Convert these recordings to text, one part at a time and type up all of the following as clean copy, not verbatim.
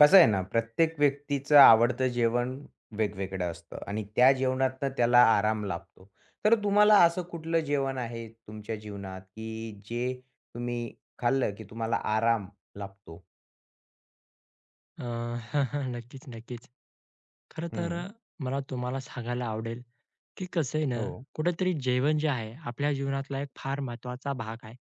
कसं आहे ना, प्रत्येक व्यक्तीचं आवडतं जेवण वेगवेगळं असतं आणि त्या जेवणातनं त्याला आराम लाभतो. तर तुम्हाला असं कुठलं जेवण आहे तुमच्या जीवनात, की जे तुम्ही खाल्लं, की तुम्हाला आराम लाभतो? अ, नक्कीच, नक्कीच. खरं तर हं. मला तुम्हाला सांगायला आवडेल, की कसं आहे ना, हो. कुठेतरी जेवण जे आहे आपल्या जीवनातला एक फार महत्त्वाचा भाग आहे.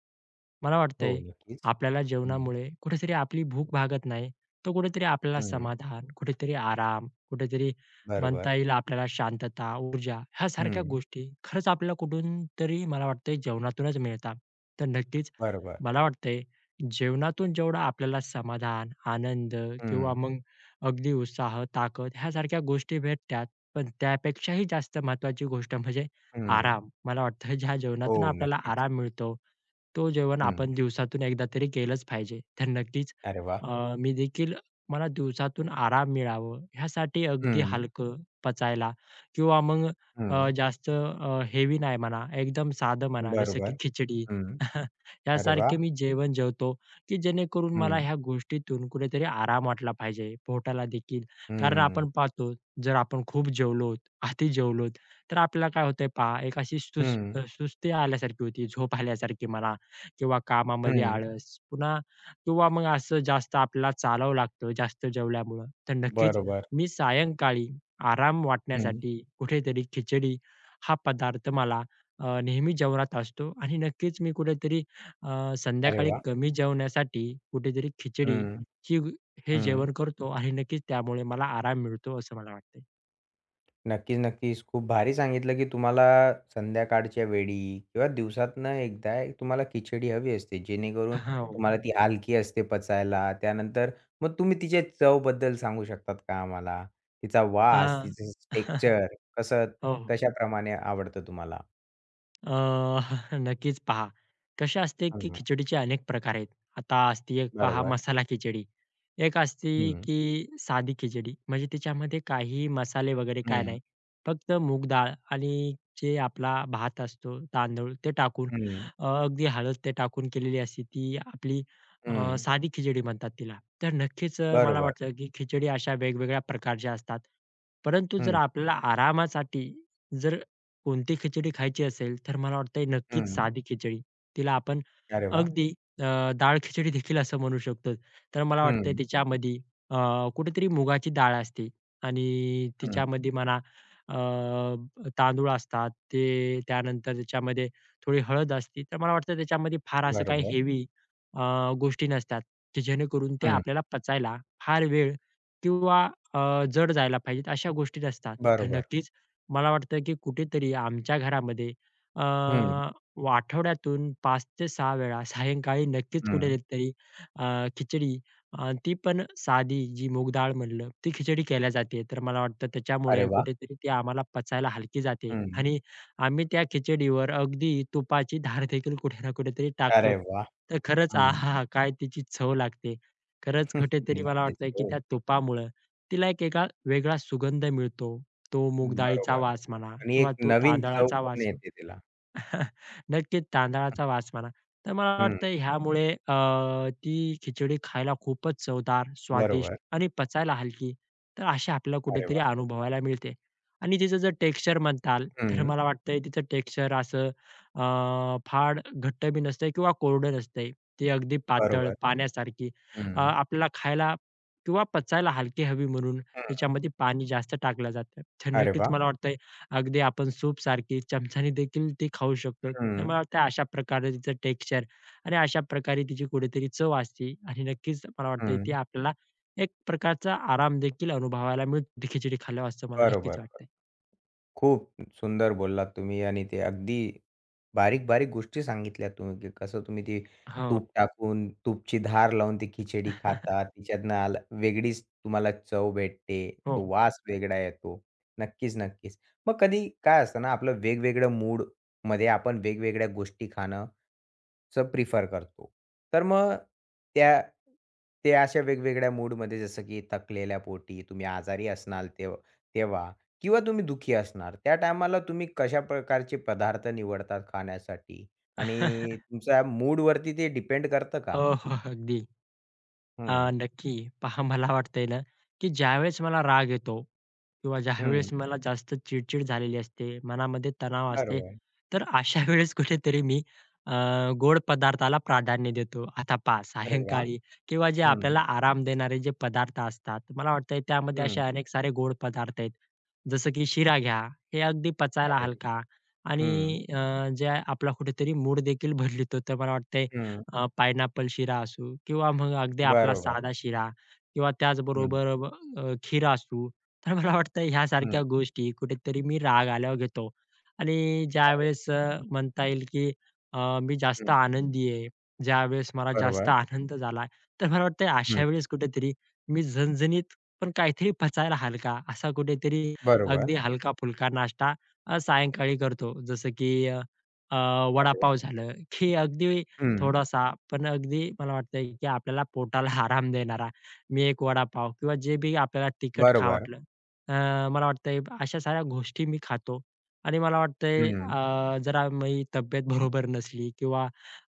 मला हो, वाटतंय नक्कीच. आपल्याला हं. जेवणामुळे कुठेतरी आपली भूक भागत नाही, तर कुठेतरी आपल्याला हं. समाधान, कुठेतरी आराम, कुठेतरी बरोबर. म्हणता येईल आपल्याला शांतता, ऊर्जा ह्यासारख्या हं. गोष्टी खरंच आपल्याला कुठून तरी मला वाटतंय जेवणातूनच मिळतात. तर नक्कीच बरोबर. मला वाटतंय जेवणातून जेवढं आपल्याला समाधान, आनंद किंवा हं. मग अगदी उत्साह, ताकद ह्यासारख्या गोष्टी भेटतात. पण त्यापेक्षाही जास्त महत्त्वाची गोष्ट म्हणजे हं. आराम. मला वाटतं ज्या जेवणातून हो, आपल्याला नक्कीच. आराम मिळतो तो जेवण हं. आपण दिवसातून एकदा तरी केलंच पाहिजे. तर नक्कीच अरे वाह! मी देखील मला दिवसातून आराम मिळावं ह्यासाठी अगदी हं. हलकं पचायला किंवा मग हं. जास्त हेवी नाही म्हणा, एकदम साधं म्हणा जसं की बरोबर. खिचडी हं. अरे यासारखे वाह! मी जेवण जेवतो, की जेणेकरून मला हं. ह्या गोष्टीतून कुठेतरी आराम वाटला पाहिजे पोटाला देखील. कारण हं. आपण पाहतो जर आपण खूप जेवलो, अति जेवलो तर आपल्याला काय होतंय पहा, एक अशी हं. सुस्ती आल्यासारखी होती, झोप आल्यासारखी म्हणा किंवा कामामध्ये हं. आळस पुन्हा किंवा मग असं जास्त आपल्याला चालावं लागतं जास्त जेवल्यामुळं. तर नक्कीच बरोबर. मी सायंकाळी आराम वाटण्यासाठी कुठेतरी खिचडी हा पदार्थ मला नेहमी जेवणात असतो आणि नक्कीच मी कुठेतरी अरे संध्याकाळी वाह! कमी जेवण्यासाठी कुठेतरी खिचडी हं, ही हे हं. जेवण करतो आणि नक्कीच त्यामुळे मला आराम मिळतो असं मला वाटतंय. नक्कीच, नक्कीच. खूप भारी सांगितलं, की तुम्हाला संध्याकाळच्या वेळी किंवा दिवसातनं एकदा तुम्हाला खिचडी हवी असते, जेणेकरून हो. तुम्हाला ती हलकी असते पचायला. त्यानंतर मग तुम्ही तिच्या चवबद्दल सांगू शकतात का आम्हाला? तिचा वास, हां. तिचं टेक्स्चर कसं हो, हो. कशाप्रमाणे आवडतं तुम्हाला? अ, नक्कीच पहा, कसे असते की हं, खिचडीचे अनेक प्रकार आहेत. आता असते एक पहा बरोबर. मसाला खिचडी, एक असते हं, की साधी खिचडी, म्हणजे तिच्यामध्ये काही मसाले वगैरे काय हं, नाही. फक्त मूग डाळ आणि जे आपला भात असतो तांदूळ ते टाकून हं, अगदी हळद ते टाकून केलेली असते ती आपली हं. साधी खिचडी म्हणतात तिला. तर नक्कीच मला बरोबर. वाटतं की खिचडी अशा वेगवेगळ्या प्रकारच्या असतात. परंतु जर हं, आपल्याला आरामासाठी जर कोणती खिचडी खायची असेल, तर मला वाटतंय नक्कीच हं. साधी खिचडी. तिला आपण अरे वाह! अगदी अ, डाळ खिचडी देखील असं म्हणू शकतो. तर मला वाटतंय हं, त्याच्यामध्ये कुठेतरी मुगाची डाळ असते आणि हं. तिच्यामध्ये म्हणा तांदूळ असतात, ते त्यानंतर त्याच्यामध्ये थोडी हळद असते. तर मला वाटतं त्याच्यामध्ये फार असं काही बरोबर. हेवी गोष्टी नसतात, की जेणेकरून त्या हं, आपल्याला पचायला फार वेळ किंवा अ, जड जायला पाहिजेत अशा गोष्टी नसतात. तर बरोबर. नक्कीच मला वाटतं की कुठेतरी आमच्या घरामध्ये अ, हं. व आठवड्यातून 5 ते 6 वेळा सायंकाळी नक्कीच हं. कुठेतरी अ, खिचडी ती पण साधी जी मूग डाळ म्हणलं, ती खिचडी केल्या जाते. तर मला वाटतं अरे त्याच्यामुळे वाह! कुठेतरी ती आम्हाला पचायला हलकी जाते हं. आणि आम्ही त्या खिचडीवर अगदी तुपाची धार देखील कुठे ना कुठेतरी टाकतो. अरे वाह! तर खरंच हं. आहाहा! काय तिची चव लागते. खरंच कुठेतरी मला नक्कीच. वाटतं की त्या हो. तुपामुळं तिला एक वेगळा वेगळा सुगंध मिळतो. तो मूग डाळीचा बरोबर वास म्हणा आणि किंवा एक तो नवीन चव तांदळाचा पण वास येते तिला. नक्कीच तांदळाचा वास म्हणा. तर मला हं. वाटतं ह्यामुळे ती खिचडी खायला खूपच चवदार, स्वादिष्ट बरोबर. आणि पचायला हलकी. तर अशी आपल्याला अरे कुठेतरी वाह! अनुभवायला मिळते. आणि तिचं जर टेक्स्चर म्हणताल, तर हं. मला वाटतंय तिचं टेक्स्चर असं अ, फार घट्ट बी नसतंय किंवा कोरडं नसतंय. ती अगदी पातळ, बरोबर. पाण्यासारखी हं. आपल्याला खायला किंवा पचायला हलकी हवी म्हणून हं. त्याच्यामध्ये पाणी जास्त टाकलं जातं. तर अरे नक्कीच वाह! मला वाटतं अगदी आपण सूपसारखी चमच्याने देखील ती खाऊ शकतो. तर हं. मला वाटतं अशा प्रकारे तिचं टेक्स्चर आणि अशा प्रकारे तिची कुठेतरी चव असते आणि नक्कीच मला वाटतंय ती हं. आपल्याला एक प्रकारचा आराम देखील अनुभवायला मिळतो ती खिचडी खाल्ल्यावर असं मला बरोबर, नक्कीच बरोबर. वाटतंय. खूप सुंदर बोललात तुम्ही आणि ते अगदी बारीक-बारीक गोष्टी सांगितल्या तुम्ही, की कसं तुम्ही ते हो. तूप टाकून, तुपची धार लावून ती खिचडी खाता. तिच्यातनं आला वेगळीच तुम्हाला चव भेटते. तो हो. वास वेगळा येतो. नक्कीच, नक्कीच. मग कधी काय असतं ना, आपलं वेगवेगळं मूडमध्ये आपण वेगवेगळ्या गोष्टी खाणं चं प्रिफर करतो. तर मग त्या त्या अशा वेगवेगळ्या मूडमध्ये जसं की थकलेल्या पोटी, तुम्ही आजारी असणार तेव्हा तेव्हा किंवा तुम्ही दुखी असणार. त्या टायमाला तुम्ही कशा प्रकारचे पदार्थ निवडतात खाण्यासाठी आणि तुमच्या मूडवरती ते डिपेंड करतं का? हो, हो. अगदी. हं, नक्की. पहा मला वाटतंय ना, की ज्यावेळेस मला राग येतो किंवा हं. ज्यावेळेस मला जास्त चिडचिड झालेली असते, मनामध्ये तणाव असते, बरोबर. तर अशा वेळेस कुठेतरी मी अ, गोड पदार्थाला प्राधान्य देतो. आता पहा अरे वाह! सायंकाळी किंवा जे हं, आपल्याला आराम देणारे जे पदार्थ असतात, मला वाटतंय त्यामध्ये असे हं. अनेक सारे गोड पदार्थ आहेत. जसं की शिरा घ्या, हे अगदी पचायला अरे वाह! हलका हं, आणि जे आपला कुठेतरी मूड देखील बदलतो. तर मला वाटतंय हं. पायनॅपल शिरा असू किंवा मग अगदी आपला बरोबर. साधा शिरा किंवा त्याचबरोबर खीर असू. तर मला वाटतं ह्यासारख्या हं, गोष्टी कुठेतरी मी राग आल्यावर घेतो आणि ज्यावेळेस हं, म्हणता येईल की मी जास्त हं. आनंदी आहे, ज्यावेळेस मला जास्त बरोबर. आनंद झाला, तर मला वाटतं अशा हं, वेळेस कुठेतरी मी झणझणीत पण काहीतरी पचायला हलका असा कुठेतरी अगदी बरोबर. हलका-फुलका नाश्ता सायंकाळी करतो. जसं की अ, अ, अरे वाह! वडापाव झालं, की अगदी हं. थोडासा, पण अगदी मला वाटतंय की आपल्याला पोटाला आराम देणारा, मी एक वडापाव किंवा जे बी आपल्याला तिखट खावं बरोबर. वाटलं, मला वाटतंय अशा साऱ्या गोष्टी मी खातो. आणि मला वाटतंय हं, जरा माझी तब्येत बरोबर नसली किंवा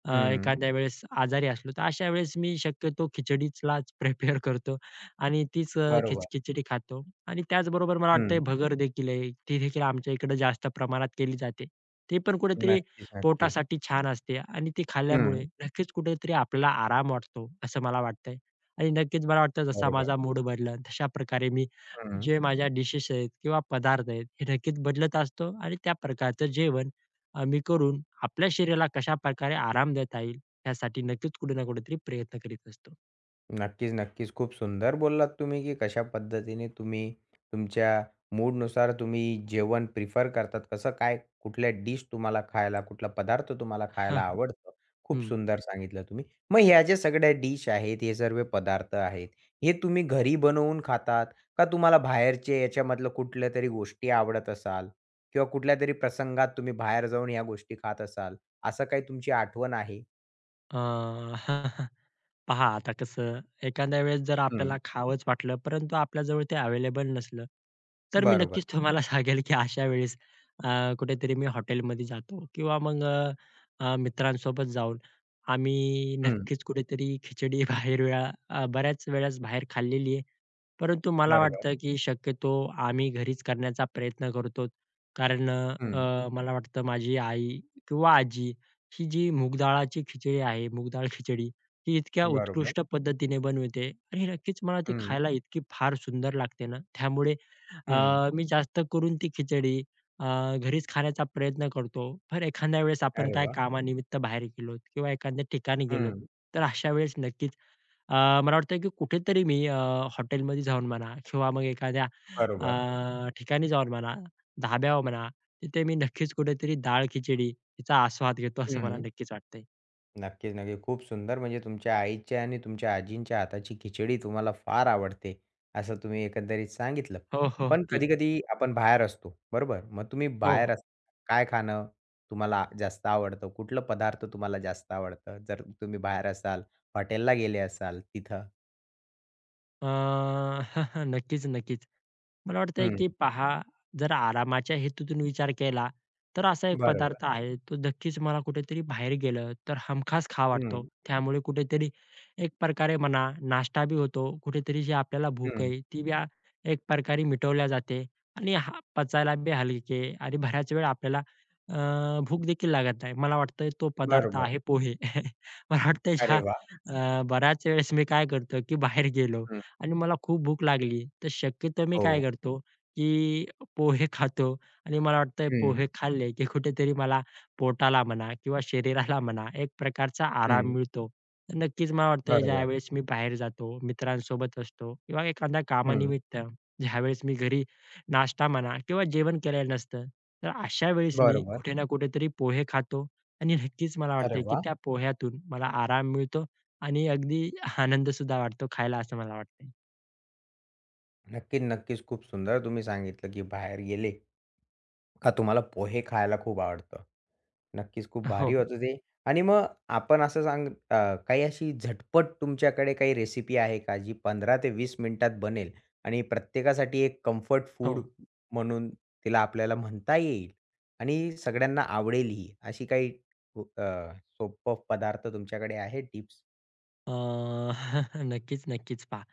हं. एखाद्या वेळेस आजारी असलो, तर अशा वेळेस मी शक्यतो खिचडीलाच प्रिफर करतो आणि तीच अ, बरोबर. खिच खिचडी खातो. आणि त्याचबरोबर मला वाटतंय हं. भगर देखील आहे, ती देखील आमच्या इकडे जास्त प्रमाणात केली जाते. ती पण कुठेतरी नक्कीच, नक्कीच. पोटासाठी छान असते आणि ती खाल्ल्यामुळे हं. नक्कीच कुठेतरी आपल्याला आराम वाटतो, असं मला वाटतंय. आणि नक्कीच मला वाटतं जसा बरोबर. माझा मूड बदलेल तशा प्रकारे मी हं. जे माझ्या डिशेस आहेत किंवा पदार्थ आहेत हे नक्कीच बदलत असतो आणि त्या प्रकारचं जेवण मी करून आपल्या शरीराला कशाप्रकारे आराम देता येईल यासाठी नक्कीच कुठे ना कुठेतरी प्रयत्न करीत असतो. नक्कीच, नक्कीच. खूप सुंदर बोललात तुम्ही, की कशा पद्धतीने तुम्ही तुमच्या मूडनुसार तुम्ही जेवण प्रिफर करतात. कसं काय, कुठल्या डिश तुम्हाला खायला, कुठला पदार्थ तुम्हाला खायला आवडतं. खूप हं. सुंदर सांगितलं तुम्ही. मग ह्या ज्या सगळ्या डिश आहेत, हे सर्व पदार्थ आहेत, हे तुम्ही घरी बनवून खातात का तुम्हाला बाहेरचे याच्यामधलं कुठल्यातरी गोष्टी आवडत असाल किंवा कुठल्यातरी प्रसंगात तुम्ही बाहेर जाऊन ह्या गोष्टी खात असाल, असं काही तुमची आठवण आहे? अ, पहा आता कसं एखाद्या वेळेस जर हं. आपल्याला खावंच वाटलं, परंतु आपल्याजवळ ते अवेलेबल नसलं, तर मी बरोबर. नक्कीच तुम्हाला सांगेल की अशा वेळेस अ, कुठेतरी मी हॉटेलमध्ये जातो किंवा मग अ, अ, मित्रांसोबत जाऊन आम्ही हं. नक्कीच कुठेतरी खिचडी बऱ्याच वेळेस बाहेर खाल्लेली आहे. परंतु मला बरोबर. वाटतं, की शक्यतो आम्ही घरीच करण्याचा प्रयत्न करतो. कारण हं. मला वाटतं माझी आई किंवा आजी ही जी मूग खिचडी आहे, मूग डाळ खिचडी ही इतक्या बरोबर. उत्कृष्ट पद्धतीने बनवते आणि नक्कीच मला ते हं, खायला इतकी फार सुंदर लागते ना, त्यामुळे हं. मी जास्त करून ती खिचडी अ, घरीच खाण्याचा प्रयत्न करतो. पण एखाद्या वेळेस आपण अरे काय वाह! कामानिमित्त बाहेर गेलोत किंवा एखाद्या ठिकाणी गेलोत, हं, तर अशा वेळेस नक्कीच अ, मला वाटतं की कुठेतरी मी हॉटेलमध्ये जाऊन म्हणा किंवा मग एखाद्या बरोबर. ठिकाणी जाऊन म्हणा, धाब्यावर म्हणा, तिथे मी नक्कीच कुठेतरी डाळ-खिचडी हिचा आस्वाद घेतो असं मला हं. नक्कीच वाटतंय. नक्कीच, नक्कीच. खूप सुंदर म्हणजे तुमच्या आईच्या आणि तुमच्या आजींच्या हाताची खिचडी तुम्हाला फार आवडते, असं तुम्ही एकंदरीत सांगितलं. हो, हो. पण ती. कधी-कधी आपण बाहेर असतो, बरोबर? मग तुम्ही हो, बाहेर हो. असताना काय खाणं तुम्हाला जास्त आवडतं? कुठलं पदार्थ तुम्हाला जास्त आवडतं? जर तुम्ही बाहेर असाल, हॉटेलला गेले असाल तिथं? अ, नक्कीच, नक्कीच. मला वाटतंय हं, की पहा, जर आरामाच्या हेतूतून विचार केला, तर असा एक बरोबर. पदार्थ आहे, तो नक्कीच मला कुठेतरी बाहेर गेलं तर हमखास खावा वाटतो. हं, त्यामुळे कुठेतरी एक प्रकारे म्हणा, नाष्टा बी होतो, कुठेतरी जी आपल्याला भूक हं. आहे, ती बी एक प्रकारे मिटवल्या जाते आणि हा पचायला बी हलके आणि बऱ्याच वेळा आपल्याला अ, भूक देखील लागत नाही. मला वाटतंय तो पदार्थ बरोबर. आहे पोहे. मला वाटतंय अरे ह्या वाह! बऱ्याच वेळेस मी काय करतो की बाहेर गेलो हं. आणि मला खूप भूक लागली, तर शक्यतो मी काय हो. करतो, की पोहे खातो आणि मला वाटतंय हं, पोहे खाल्ले, की कुठेतरी मला पोटाला म्हणा किंवा शरीराला म्हणा एक प्रकारचा आराम हं. मिळतो. तर नक्कीच मला वाटतंय बरोबर. ज्यावेळेस मी बाहेर जातो, मित्रांसोबत असतो किंवा एखाद्या हं. कामानिमित्त ज्यावेळेस मी घरी नाश्ता म्हणा किंवा जेवण केलेलं नसतं, तर अशा वेळेस मी बरोबर. कुठे ना कुठेतरी पोहे खातो आणि नक्कीच मला अरे वाटतंय, की वाह! त्या पोह्यातून मला आराम मिळतो आणि अगदी आनंदसुद्धा वाटतो खायला असं मला वाटतंय. नक्की, नक्कीच. खूप सुंदर तुम्ही सांगितलं, की बाहेर गेले का तुम्हाला पोहे खायला खूप आवडतं. नक्कीच खूप हो, भारी होतं ते आणि मग आपण असं काही अशी झटपट तुमच्याकडे काही रेसिपी आहे का, जी 15 ते 20 मिनिटात बनेल आणि प्रत्येकासाठी एक कम्फर्ट हो. फूड म्हणून तिला आपल्याला म्हणता येईल आणि सगळ्यांना आवडेलही, अशी काही सोपं पदार्थ तुमच्याकडे आहे टिप्स? अ, नक्कीच, नक्कीच पहा.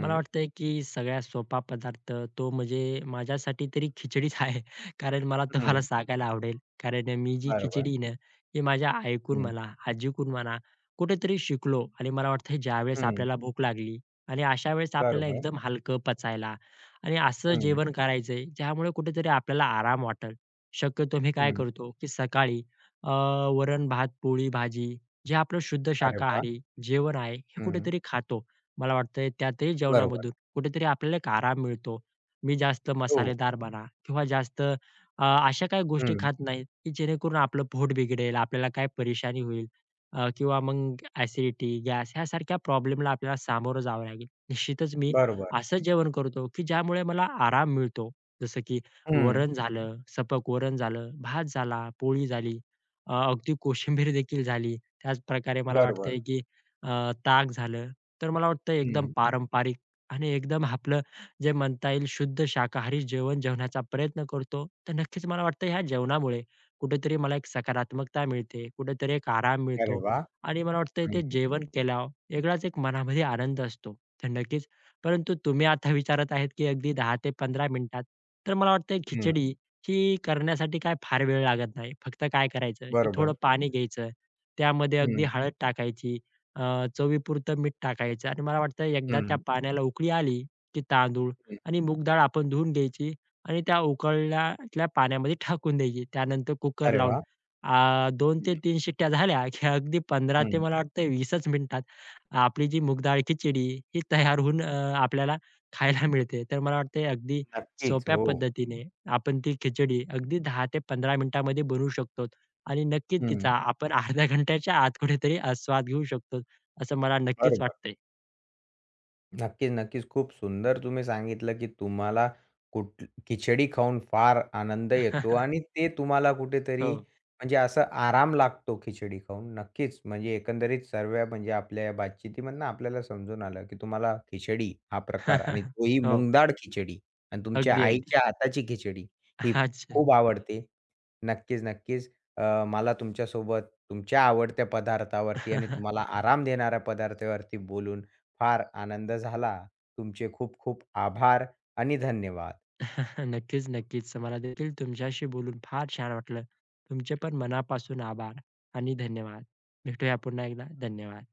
मला वाटतंय की सगळ्यात सोपा पदार्थ तो म्हणजे माझ्यासाठी तरी खिचडीच आहे. कारण मला तुम्हाला हं. सांगायला आवडेल. कारण मी जी बरोबर. खिचडी ना, ही माझ्या आईकडून हं. म्हणा, आजीकडून म्हणा, कुठेतरी शिकलो आणि मला वाटतंय ज्यावेळेस हं, आपल्याला भूक लागली आणि अशा वेळेस आपल्याला बरोबर. एकदम हलकं पचायला आणि असं हं, जेवण करायचंय, ज्यामुळे कुठेतरी आपल्याला आराम वाटेल. शक्यतो मी काय हं. करतो की सकाळी अ, वरण-भात, पोळी-भाजी जे आपलं शुद्ध अरे वाह! शाकाहारी जेवण आहे, हे हं, कुठेतरी खातो. मला वाटतंय त्यातही बरोबर. जेवणामधून कुठेतरी आपल्याला एक आराम मिळतो. मी जास्त हो. मसालेदार म्हणा किंवा जास्त अशा काही गोष्टी हं, खात नाही, की जेणेकरून आपलं पोट बिघडेल, आपल्याला काय परेशानी होईल किंवा मग ॲसिडिटी, गॅस ह्यासारख्या प्रॉब्लेमला आपल्याला सामोरं जावं लागेल. निश्चितच मी बरोबर. असं जेवण करतो, की ज्यामुळे मला आराम मिळतो. जसं की हं, वरण झालं, सपक वरण झालं, भात झाला, पोळी झाली, अगदी कोशिंबीर देखील झाली. त्याच प्रकारे मला बरोबर. वाटतंय की ताक झालं, तर मला वाटतं एकदम हं. पारंपरिक आणि एकदम आपलं जे म्हणता येईल शुद्ध शाकाहारी जेवण जेवण्याचा प्रयत्न करतो. तर नक्कीच मला वाटतं ह्या जेवणामुळे कुठेतरी मला एक सकारात्मकता मिळते, कुठेतरी एक आराम अरे मिळतो वाह! आणि मला वाटतंय ते हं, जेवण केल्यावर वेगळाच एक मनामध्ये आनंद असतो. तर नक्कीच परंतु तुम्ही आता विचारत आहेत की अगदी 10 ते 15 मिनिटात, तर मला वाटतंय हं. खिचडी ही करण्यासाठी काय फार वेळ लागत नाही. फक्त काय करायचं की थोडं बरोबर. पाणी घ्यायचं त्यामध्ये अगदी हं, हळद टाकायची, अ, चवीपुरतं मीठ टाकायचं आणि मला वाटतं एकदा त्या हं, पाण्याला उकळी आली, की तांदूळ हं. आणि मूग डाळ आपण धुवून घ्यायची आणि त्या उकळल्यातल्या पाण्यामध्ये टाकून द्यायची. त्यानंतर कुकर अरे लावून वाह! 2 ते हं, 3 शिट्ट्या झाल्या, की अगदी 15 ते हं. मला वाटतं 20च मिनिटात आपली जी मूग डाळ खिचडी ही तयार होऊन आपल्याला खायला मिळते. तर मला वाटतंय अगदी नक्कीच. सोप्या हो. पद्धतीने आपण ती खिचडी अगदी 10 ते 15 मिनिटांमध्ये बनवू शकतो. आणि नक्कीच तिचा हं, आपण अर्ध्या घंट्याच्या आत कुठेतरी आस्वाद घेऊ शकतो, असं मला नक्कीच बरोबर. वाटतंय. नक्कीच, नक्कीच. खूप सुंदर तुम्ही सांगितलं, की तुम्हाला कुठ खिचडी खाऊन फार आनंद येतो आणि ते तुम्हाला कुठेतरी हो. म्हणजे असा आराम लागतो खिचडी खाऊन. नक्कीच, म्हणजे एकंदरीत सर्व म्हणजे आपल्या या बातचीतीमधनं आपल्याला समजून आलं, की तुम्हाला खिचडी हा प्रकार आणि तोही हो. मूग खिचडी आणि तुमच्या अगदी, अगदी. आईच्या हाताची खिचडी ही अच्छा. खूप आवडते. नक्कीच, नक्कीच. अ, मला तुमच्यासोबत तुमच्या आवडत्या पदार्थावरती आणि तुम्हाला आराम देणाऱ्या पदार्थावरती बोलून फार आनंद झाला. तुमचे खूप खूप आभार आणि धन्यवाद. नक्कीच, नक्कीच. मला देखील तुमच्याशी बोलून फार छान वाटलं. तुमचे पण मनापासून आभार आणि धन्यवाद. भेटूया पुन्हा एकदा. धन्यवाद.